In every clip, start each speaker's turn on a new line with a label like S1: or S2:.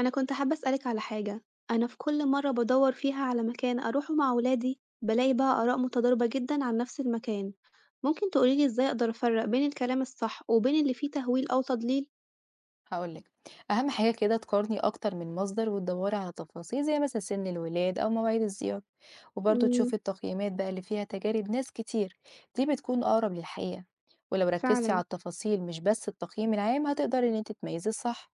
S1: أنا كنت حابة أسألك على حاجة، أنا في كل مرة بدوّر فيها على مكان أروحه مع ولادي، بالاقي بقى آراء متضاربة جدًا عن نفس المكان، ممكن تقولي لي إزاي أقدر أفرّق بين الكلام الصح وبين اللي فيه تهويل أو تضليل؟
S2: هاقول لِك، أهم حاجة كده تقارني أكتر من مصدر وتدوّري على تفاصيل زي مثلًا سن الولاد أو مواعيد الزيارة، وبرضه تشوفي
S1: إمم،
S2: التقييمات بقى اللي فيها تجارب ناس كتير، دي بتكون أقرب للحقيقة، ولو ركزتي على
S1: فعلًا،
S2: التفاصيل مش بس التقييم العام هتقدري إن أنتِ تميّزي الصح.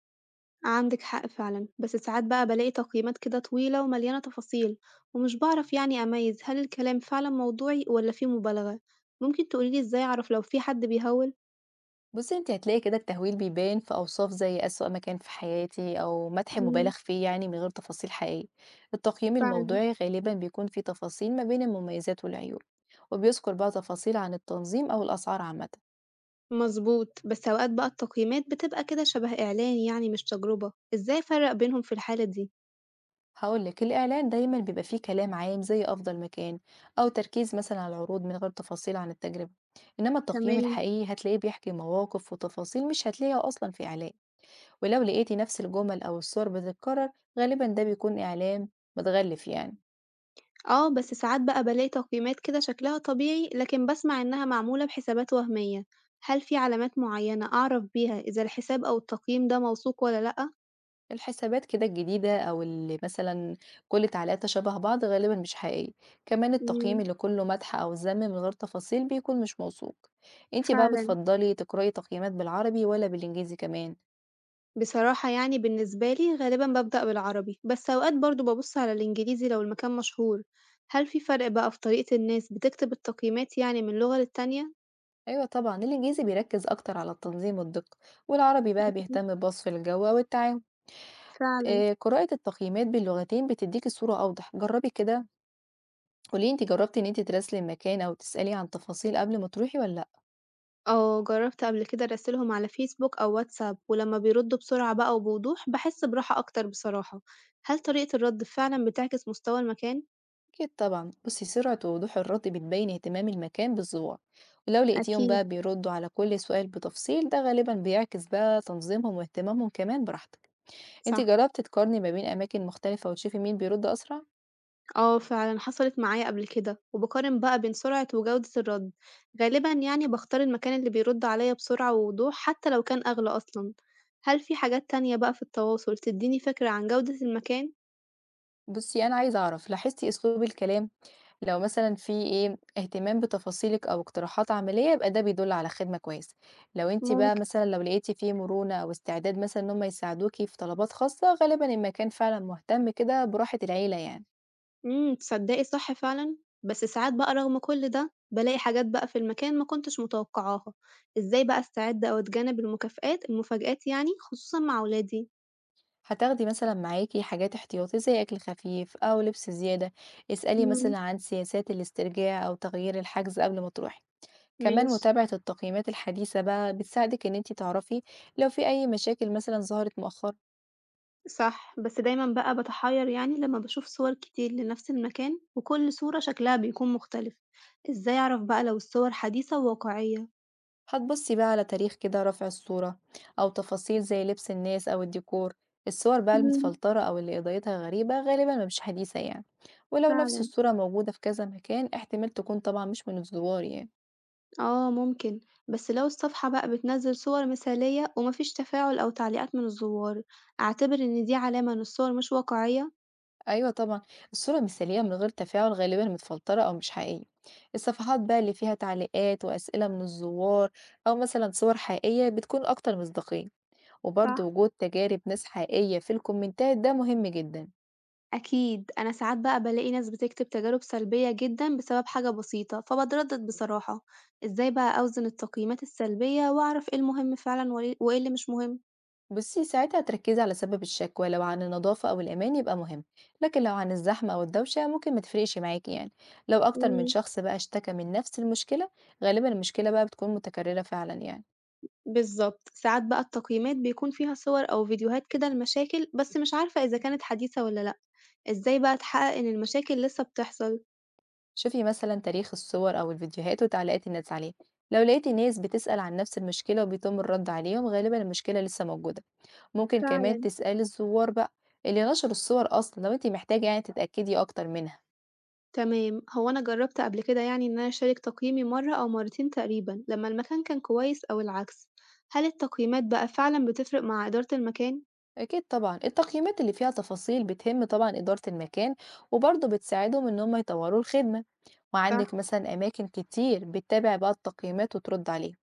S1: عندِك حق فعلًا، بس ساعات بقى بالاقي تقييمات كده طويلة ومليانة تفاصيل، ومش باعرف يعني أميّز هل الكلام فعلًا موضوعي والّا فيه مبالغة، ممكن تقولي لي إزاي أعرف لو في حد بيهوِّل؟
S2: بُصّي، أنتِ هتلاقي كده التهويل بيبان في أوصاف زي أسوأ مكان في حياتي أو مدح مبالغ
S1: إمم،
S2: فيه يعني من غير تفاصيل حقيقية، التقييم
S1: فعلًا.
S2: الموضوعي غالبًا بيكون فيه تفاصيل ما بين المميزات والعيوب، وبيذكر بقى تفاصيل عن التنظيم أو الأسعار عامةً.
S1: مضبوط، بس أوقات بقى التقييمات بتبقى كده شبه إعلان يعني مش تجربة، إزاي أفرّق بينهم في الحالة دي؟
S2: هقول لك الإعلان دايما بيبقى فيه كلام عام زي أفضل مكان، أو تركيز مثلا على العروض من غير تفاصيل عن التجربة، إنما التقييم
S1: تمام،
S2: الحقيقي هتلاقيه بيحكي مواقف وتفاصيل مش هتلاقيها أصلا في إعلان. ولو لقيتي نفس الجمل أو الصور بتتكرر غالبا ده بيكون إعلان متغلف يعني.
S1: آه، بس ساعات بقى بالاقي تقييمات كده شكلها طبيعي، لكن باسمع إنها معمولة بحسابات وهمية، هل في علامات معينة أعرف بيها إذا الحساب أو التقييم ده موثوق والّا لأ؟
S2: الحسابات كده الجديدة أو اللي مثلا كل تعليقاتها شبه بعض غالبا مش حقيقي، كمان التقييم
S1: إمم،
S2: اللي كله مدح أو ذم من غير تفاصيل بيكون مش موثوق. انتي بقى
S1: فعلًا،
S2: بتفضلي تقرأي تقييمات بالعربي ولا بالإنجليزي كمان؟
S1: بصراحة يعني بالنسبة لي غالبًا بابدأ بالعربي، بس أوقات برضه بابُص على الإنجليزي لو المكان مشهور، هل في فرق بقى في طريقة الناس بتكتب التقييمات يعني من لغة للتانية؟
S2: أيوة طبعا الإنجليزي بيركز أكتر على التنظيم والدقة، والعربي بقى
S1: مم،
S2: بيهتم بوصف الجو والتعاون.
S1: فعلًا.
S2: آه، قراءة التقييمات باللغتين بتديك الصورة أوضح، جربي كده. قولي انت جربتي ان انت تراسلي المكان أو تسألي عن تفاصيل قبل ما تروحي ولا لأ؟
S1: آه، جرّبت قبل كده أراسلهم على فيسبوك أو واتساب، ولمّا بيردّوا بسرعة بقى وبوضوح باحس براحة أكتر بصراحة. هل طريقة الرد فعلًا بتعكس مستوى المكان؟
S2: أكيد طبعا، بصي سرعة ووضوح الرد بتبين اهتمام المكان بالزوار، ولو لقيتيهم
S1: أكيد،
S2: بقى بيردوا على كل سؤال بتفصيل ده غالبا بيعكس بقى تنظيمهم واهتمامهم كمان براحتك. انت
S1: صح.
S2: جربتي تقارني ما بين أماكن مختلفة وتشوفي مين بيرد أسرع؟
S1: آه فعلًا حصلت معايا قبل كده، وباقارن بقى بين سرعة وجودة الرد. غالبًا يعني باختار المكان اللي بيرد عليّا بسرعة ووضوح حتى لو كان أغلى أصلًا. هل في حاجات تانية بقى في التواصل تدّيني فكرة عن جودة المكان؟
S2: بُصّي، أنا عايزة أعرف لاحظتِ أسلوب الكلام، لو مثلًا في اهتمام بتفاصيلِك أو اقتراحات عملية يبقى ده بيدل على خدمة كويسة، لو أنتِ بقى
S1: ممكن.
S2: مثلًا لو لقيتِ فيه مرونة أو استعداد مثلًا إن هُم يساعدوكِ في طلبات خاصة، غالبًا المكان فعلًا مهتم كده براحة العيلة يعني.
S1: إمم، تصدّقي صح فعلًا، بس ساعات بقى رغم كل ده، بالاقي حاجات بقى في المكان ما كنتش متوقعاها، إزاي بقى أستعد أو أتجنب المكافآت المفاجآت يعني خصوصًا مع ولادي؟
S2: هتاخدي مثلًا معاكِ حاجات احتياطي زي أكل خفيف أو لبس زيادة، اسألي
S1: إمم،
S2: مثلًا عن سياسات الاسترجاع أو تغيير الحجز قبل ما تروحي. كمان
S1: ماشي،
S2: متابعة التقييمات الحديثة بقى بتساعدِك إن أنتِ تعرفي لو في أي مشاكل مثلًا ظهرت مؤخرًا.
S1: صح، بس دايمًا بقى باتحيّر يعني لمّا باشوف صور كتير لنفس المكان وكل صورة شكلها بيكون مختلف، إزاي أعرف بقى لو الصور حديثة وواقعية؟
S2: هتبصي بقى على تاريخ كده رفع الصورة أو تفاصيل زي لبس الناس أو الديكور. الصور بقى
S1: إمم،
S2: المتفلترة أو اللي إضاءتها غريبة غالبا ما مش حديثة يعني، ولو نفس
S1: فعلًا.
S2: الصورة موجودة في كذا مكان احتمال تكون طبعا مش من الزوار يعني.
S1: آه ممكن، بس لو الصفحة بقى بتنزّل صور مثالية ومفيش تفاعل أو تعليقات من الزوار، أعتبر إن دي علامة إن الصور مش واقعية؟
S2: أيوة طبعا، الصورة مثالية من غير تفاعل غالبا متفلترة أو مش حقيقية، الصفحات بقى اللي فيها تعليقات وأسئلة من الزوار أو مثلا صور حقيقية بتكون أكتر مصداقية،
S1: صح
S2: وبرضه وجود تجارب ناس حقيقية في الكومنتات ده مهم جدا.
S1: أكيد، أنا ساعات بقى بلاقي ناس بتكتب تجارب سلبية جدًا بسبب حاجة بسيطة، فباتردد بصراحة، إزاي بقى أوزن التقييمات السلبية وأعرف إيه المهم فعلًا وإيه اللي مش مهم؟
S2: بصي ساعتها تركزي على سبب الشكوى، لو عن النظافة أو الأمان يبقى مهم، لكن لو عن الزحمة أو الدوشة ممكن ما تفرقش معاكي يعني. لو أكتر من
S1: امم
S2: شخص بقى اشتكى من نفس المشكلة غالبا المشكلة بقى بتكون متكررة فعلا يعني.
S1: بالظبط، ساعات بقى التقييمات بيكون فيها صور أو فيديوهات كده لمشاكل بس مش عارفة إذا كانت حديثة ولا لأ، إزاي بقى أتحقق إن المشاكل لسه بتحصل؟
S2: شوفي مثلا تاريخ الصور أو الفيديوهات وتعليقات الناس عليه، لو لقيتي ناس بتسأل عن نفس المشكلة وبيتم الرد عليهم غالبا المشكلة لسه موجودة. ممكن كمان
S1: فعلا
S2: تسألي الزوار بقى اللي نشروا الصور أصلا لو انتي محتاجة يعني تتأكدي أكتر منها.
S1: تمام، هو أنا جرّبت قبل كده يعني إن أنا أشارك تقييمي مرّة أو مرّتين تقريبًا لمّا المكان كان كويس أو العكس، هل التقييمات بقى فعلًا بتفرق مع إدارة المكان؟
S2: أكيد طبعا، التقييمات اللي فيها تفاصيل بتهم طبعا إدارة المكان، وبرضه بتساعدهم إن هم يطوروا الخدمة، وعندك
S1: صح.
S2: مثلا أماكن كتير بتتابع بقى التقييمات وترد عليه.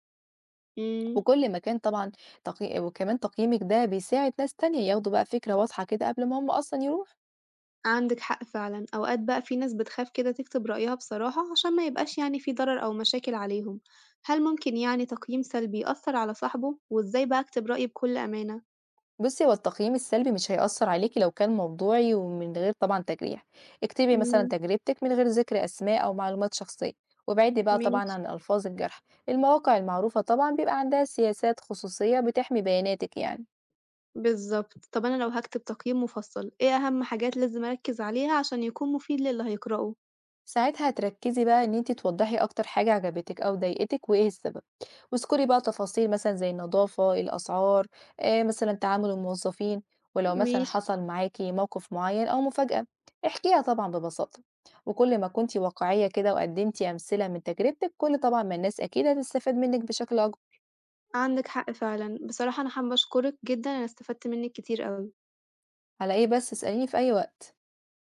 S1: إمم،
S2: وكل مكان طبعا وكمان تقييمك ده بيساعد ناس تانية ياخدوا بقى فكرة واضحة كده قبل ما هم أصلا يروحوا.
S1: عندِك حق فعلًا، أوقات بقى في ناس بتخاف كده تكتب رأيها بصراحة عشان ما يبقاش يعني في ضرر أو مشاكل عليهم، هل ممكن يعني تقييم سلبي يأثّر على صاحبه؟ وإزاي بقى أكتب رأيي بكل أمانة؟
S2: بُصّي، هو التقييم السلبي مش هيأثّر عليكِ لو كان موضوعي ومن غير طبعًا تجريح، اكتبي مثلًا
S1: إمم،
S2: تجربتِك من غير ذكر أسماء أو معلومات شخصية، وابعدي بقى طبعًا
S1: ماشي،
S2: عن ألفاظ الجرح، المواقع المعروفة طبعًا بيبقى عندها سياسات خصوصية بتحمي بياناتِك يعني.
S1: بالضبط، طب أنا لو هاكتب تقييم مفصّل، إيه أهم حاجات لازم أركّز عليها عشان يكون مفيد للي هيقرأه؟
S2: ساعتها هتركزي بقى ان انتي توضحي اكتر حاجة عجبتك او ضايقتك وايه السبب، واذكري بقى تفاصيل مثلا زي النظافة الاسعار، آه مثلا تعامل الموظفين، ولو مثلا
S1: ماشي.
S2: حصل معاكي موقف معين او مفاجأة احكيها طبعا ببساطة. وكل ما كنتي واقعية كده وقدمتي امثلة من تجربتك كل طبعا ما الناس اكيد هتستفاد منك بشكل اكبر.
S1: عندِك حق فعلًا. بصراحة أنا حابة أشكرِك جدًا، أنا استفدت منِّك كتير أوي.
S2: على ايه بس، اسأليني في اي وقت.